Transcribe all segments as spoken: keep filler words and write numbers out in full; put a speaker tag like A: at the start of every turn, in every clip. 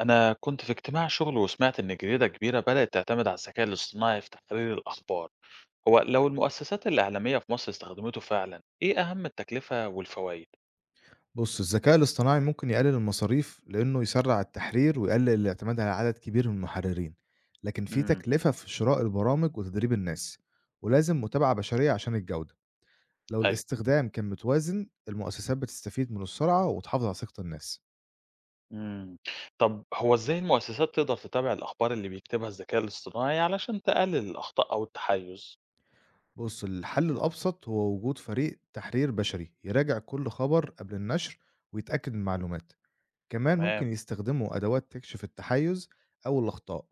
A: أنا كنت في اجتماع شغل وسمعت إن جريدة كبيرة بدأت تعتمد على الذكاء الاصطناعي في تحرير الأخبار، هو لو المؤسسات الإعلامية في مصر استخدمته فعلا، إيه أهم التكلفة والفوائد؟
B: بُص، الذكاء الاصطناعي ممكن يقلل المصاريف لأنه يسرّع التحرير ويقلل الاعتماد على عدد كبير من المحررين، لكن في
A: امم
B: تكلفة في شراء البرامج وتدريب الناس، ولازم متابعة بشرية عشان الجودة. لو
A: أيوه.
B: الاستخدام كان متوازن، المؤسسات بتستفيد من السرعة وتحافظ على ثقة الناس.
A: امم طب هو إزاي المؤسسات تقدر تتابع الأخبار اللي بيكتبها الذكاء الاصطناعي علشان تقلل الأخطاء أو التحيز؟
B: بُص، الحل الأبسط هو وجود فريق تحرير بشري يراجع كل خبر قبل النشر ويتأكد من المعلومات. كمان
A: تمام.
B: ممكن يستخدموا أدوات تكشف التحيز أو الأخطاء.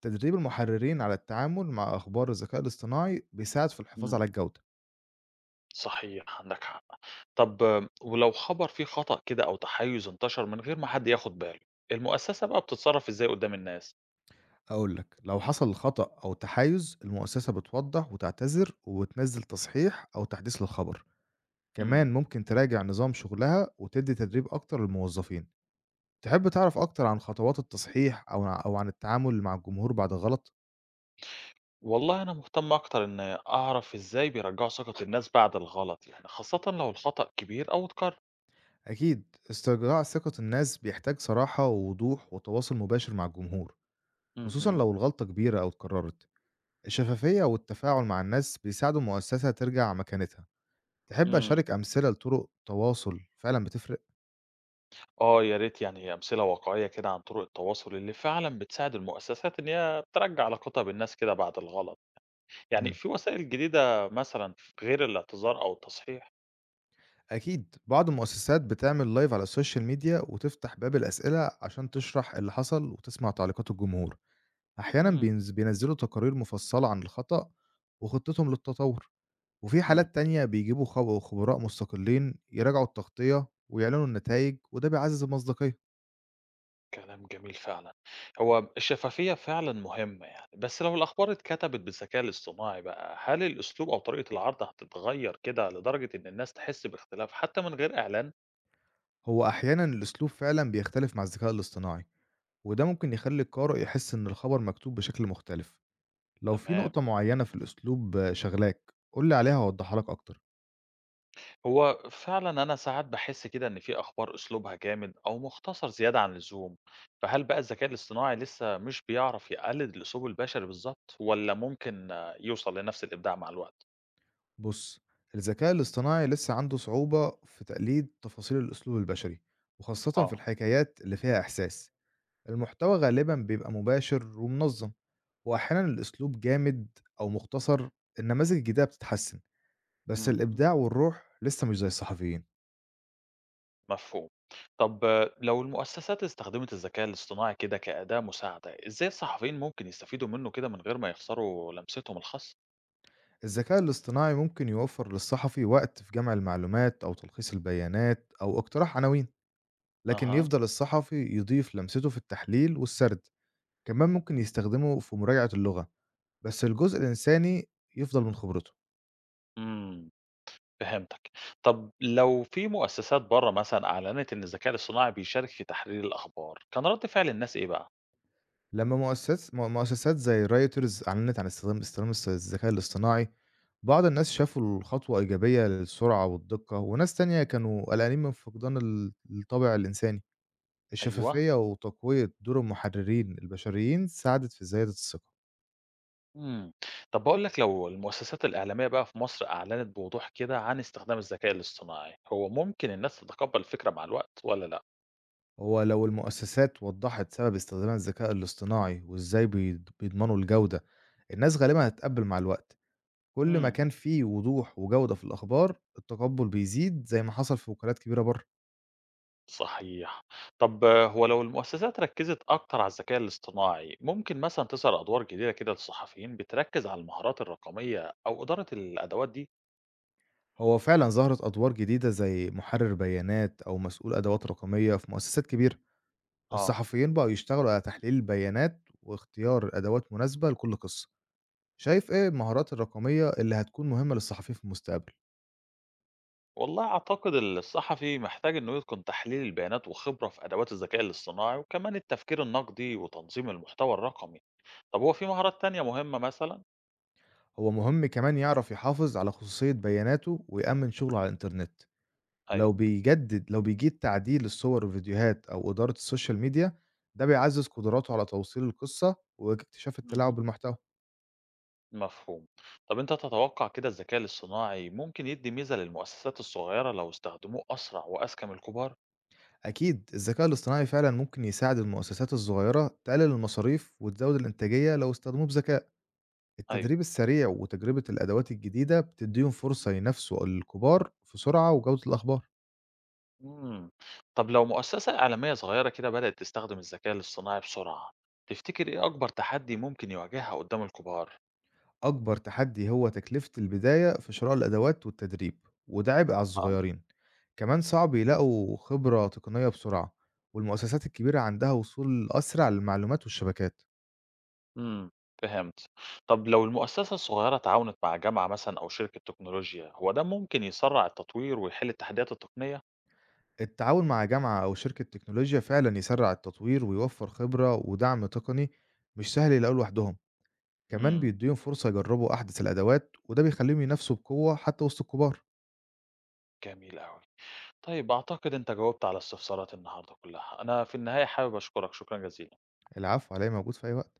B: تدريب المحررين على التعامل مع أخبار الذكاء الاصطناعي بيساعد في الحفاظ
A: امم
B: على الجودة.
A: صحيح عندك حق. طب آه، ولو خبر فيه خطأ كده أو تحيز انتشر من غير ما حد ياخد باله، المؤسسة بقى بتتصرف إزاي قدام الناس؟
B: أقول لك لو حصل خطأ أو تحيز المؤسسة بتوضح وتعتذر وتنزل تصحيح أو تحديث للخبر.
A: امم
B: كمان ممكن تراجع نظام شغلها وتدي تدريب أكتر للموظفين. تحب تعرف أكتر عن خطوات التصحيح أو أو عن التعامل مع الجمهور بعد غلط؟
A: والله أنا مهتم أكتر إن أعرف إزاي بيرجعوا ثقة الناس بعد الغلط، يعني خاصة لو الخطأ كبير أو اتكرر.
B: أكيد استرجاع ثقة الناس بيحتاج صراحة ووضوح وتواصل مباشر مع الجمهور، خصوصا
A: مهم.
B: لو الغلطة كبيرة أو اتكررت. الشفافية والتفاعل مع الناس بيساعدوا المؤسسة ترجع مكانتها. تحب
A: مم.
B: أشارك أمثلة لطرق تواصل فعلا بتفرق؟
A: آه يا ريت، يعني أمثلة واقعية كده عن طرق التواصل اللي فعلا بتساعد المؤسسات إن هي ترجع علاقتها بالناس كده بعد الغلط، يعني
B: مم.
A: في وسائل جديدة مثلا غير الاعتذار أو التصحيح.
B: أكيد بعض المؤسسات بتعمل لايف على السوشيال ميديا وتفتح باب الأسئلة عشان تشرح اللي حصل وتسمع تعليقات الجمهور. أحيانا
A: مم.
B: بينز- بينزلوا تقارير مفصلة عن الخطأ وخطتهم للتطور. وفي
A: مم.
B: حالات تانية بيجيبوا خب- خبراء مستقلين يراجعوا التغطية ويعلنوا النتائج، وده بيعزز المصداقية.
A: كلام جميل فعلًا. هو الشفافية فعلًا مهمة يعني، بس لو الأخبار اتكتبت بالذكاء الاصطناعي بقى، هل الأسلوب أو طريقة العرض هتتغير كده لدرجة إن الناس تحس باختلاف حتى من غير إعلان؟
B: هو أحيانا الأسلوب فعلا بيختلف مع الذكاء الاصطناعي، وده ممكن يخلي القارئ يحس إن الخبر مكتوب بشكل مختلف. لو في
A: تمام.
B: نقطة معينة في الأسلوب شغلاك قول لي عليها وأوضحها لك أكتر.
A: هو فعلًا أنا ساعات باحس كده إن في أخبار أسلوبها جامد أو مختصر زيادة عن اللزوم، فهل بقى الذكاء الاصطناعي لسه مش بيعرف يقلد الأسلوب البشري بالضبط والّا ممكن آه، يوصل لنفس الإبداع مع الوقت؟
B: بص، الذكاء الاصطناعي لسه عنده صعوبة في تقليد تفاصيل الأسلوب البشري، وخاصة في
A: آه.
B: الحكايات اللي فيها إحساس. المحتوى غالبا بيبقى مباشر ومنظم، وأحيانا الأسلوب جامد أو مختصر. النماذج الجديدة بتتحسن، بس
A: اهم.
B: الإبداع والروح لسه مش زي الصحفيين.
A: مفهوم. طب آه، لو المؤسسات استخدمت الذكاء الاصطناعي كده كأداة مساعدة، إزاي الصحفيين ممكن يستفيدوا منه كده من غير ما يخسروا لمستهم الخاصة؟
B: الذكاء الاصطناعي ممكن يوفر للصحفي وقت في جمع المعلومات أو تلخيص البيانات أو اقتراح عناوين، لكن
A: أها.
B: يفضل الصحفي يضيف لمسته في التحليل والسرد. كمان ممكن يستخدمه في مراجعة اللغة، بس الجزء الإنساني يفضل من خبرته.
A: إمم، فهمتك. طب لو في مؤسسات برّه مثلًا أعلنت إن الذكاء الاصطناعي بيشارك في تحرير الأخبار، كان رد فعل الناس إيه بقى؟
B: لما مؤسسات مؤسسات زي رايترز أعلنت عن استخدام استخدام الس- الذكاء الاصطناعي، بعض الناس شافوا الخطوة إيجابية للسرعة والدقة، وناس تانية كانوا قلقانين من فقدان ال- الطابع الإنساني.
A: أيوه.
B: الشفافية وتقوية دور المحررين البشريين ساعدت في زيادة الثقة.
A: إمم. طب باقول لك لو المؤسسات الإعلامية بقى في مصر أعلنت بوضوح كده عن استخدام الذكاء الاصطناعي، هو ممكن الناس تتقبل الفكرة مع الوقت والّا لأ؟
B: هو لو المؤسسات وضحت سبب استخدام الذكاء الاصطناعي وازاي بيض- بيضمنوا الجودة، الناس غالبا هتتقبل مع الوقت. كل ما
A: إمم.
B: كان فيه وضوح وجودة في الأخبار، التقبل بيزيد زي ما حصل في وكالات كبيرة بره.
A: صحيح. طب آه، هو لو المؤسسات ركّزت أكتر على الذكاء الاصطناعي، ممكن مثلًا تظهر أدوار جديدة كده للصحفيين بتركّز على المهارات الرقمية أو إدارة الأدوات دي؟
B: هو فعلا ظهرت أدوار جديدة زي محرر بيانات أو مسؤول أدوات رقمية في مؤسسات كبيرة.
A: آه.
B: الصحفيين بقوا يشتغلوا على تحليل البيانات واختيار أدوات مناسبة لكل قصة. شايف إيه المهارات الرقمية اللي هتكون مهمة للصحفي في المستقبل؟
A: والله أعتقد الصحفي محتاج إنه يتقن تحليل البيانات وخبرة في أدوات الذكاء الاصطناعي وكمان التفكير النقدي وتنظيم المحتوى الرقمي. طب هو في مهارات تانية مهمة مثلًا؟
B: هو مهم كمان يعرف يحافظ على خصوصية بياناته ويأمن شغله على الإنترنت.
A: أيوه.
B: لو بيجدد لو بيجيد تعديل الصور والفيديوهات أو إدارة السوشيال ميديا، ده بيعزز قدراته على توصيل القصة واكتشاف التلاعب
A: اهم.
B: بالمحتوى.
A: مفهوم. طب أنت تتوقع كده الذكاء الاصطناعي ممكن يدّي ميزة للمؤسسات الصغيرة لو استخدموه أسرع وأذكى من الكبار؟
B: أكيد الذكاء الاصطناعي فعلا ممكن يساعد المؤسسات الصغيرة تقلل المصاريف وتزود الإنتاجية لو استخدموه بذكاء.
A: أيوه.
B: التدريب السريع وتجربة الأدوات الجديدة بتديهم فرصة ينافسوا الكبار في سرعة وجودة الأخبار.
A: إمم. طب لو مؤسسة إعلامية صغيرة كده بدأت تستخدم الذكاء الاصطناعي بسرعة، تفتكر إيه أكبر تحدي ممكن يواجهها قدّام الكبار؟
B: أكبر تحدي هو تكلفة البداية في شراء الأدوات والتدريب، وده عبء على
A: أها.
B: الصغيرين. كمان صعب يلاقوا خبرة تقنية بسرعة، والمؤسسات الكبيرة عندها وصول أسرع للمعلومات والشبكات.
A: إمم، فهمت. طب لو المؤسسة الصغيرة تعاونت مع جامعة مثلًا أو شركة تكنولوجيا، هو ده ممكن يسرّع التطوير ويحل التحديات التقنية؟
B: التعاون مع جامعة أو شركة تكنولوجيا فعلا يسرع التطوير ويوفر خبرة ودعم تقني مش سهل يلاقوه لوحدهم. كمان
A: إمم،
B: بيديهم فرصة يجربوا أحدث الأدوات، وده بيخليهم ينافسوا بقوة حتى وسط الكبار.
A: جميل أوي. طيب أعتقد أنت جاوبت على استفساراتي النهارده كلّها. أنا في النهاية حابب أشكرك، شكرًا جزيلًا.
B: العفو، عليا موجود في أي وقت.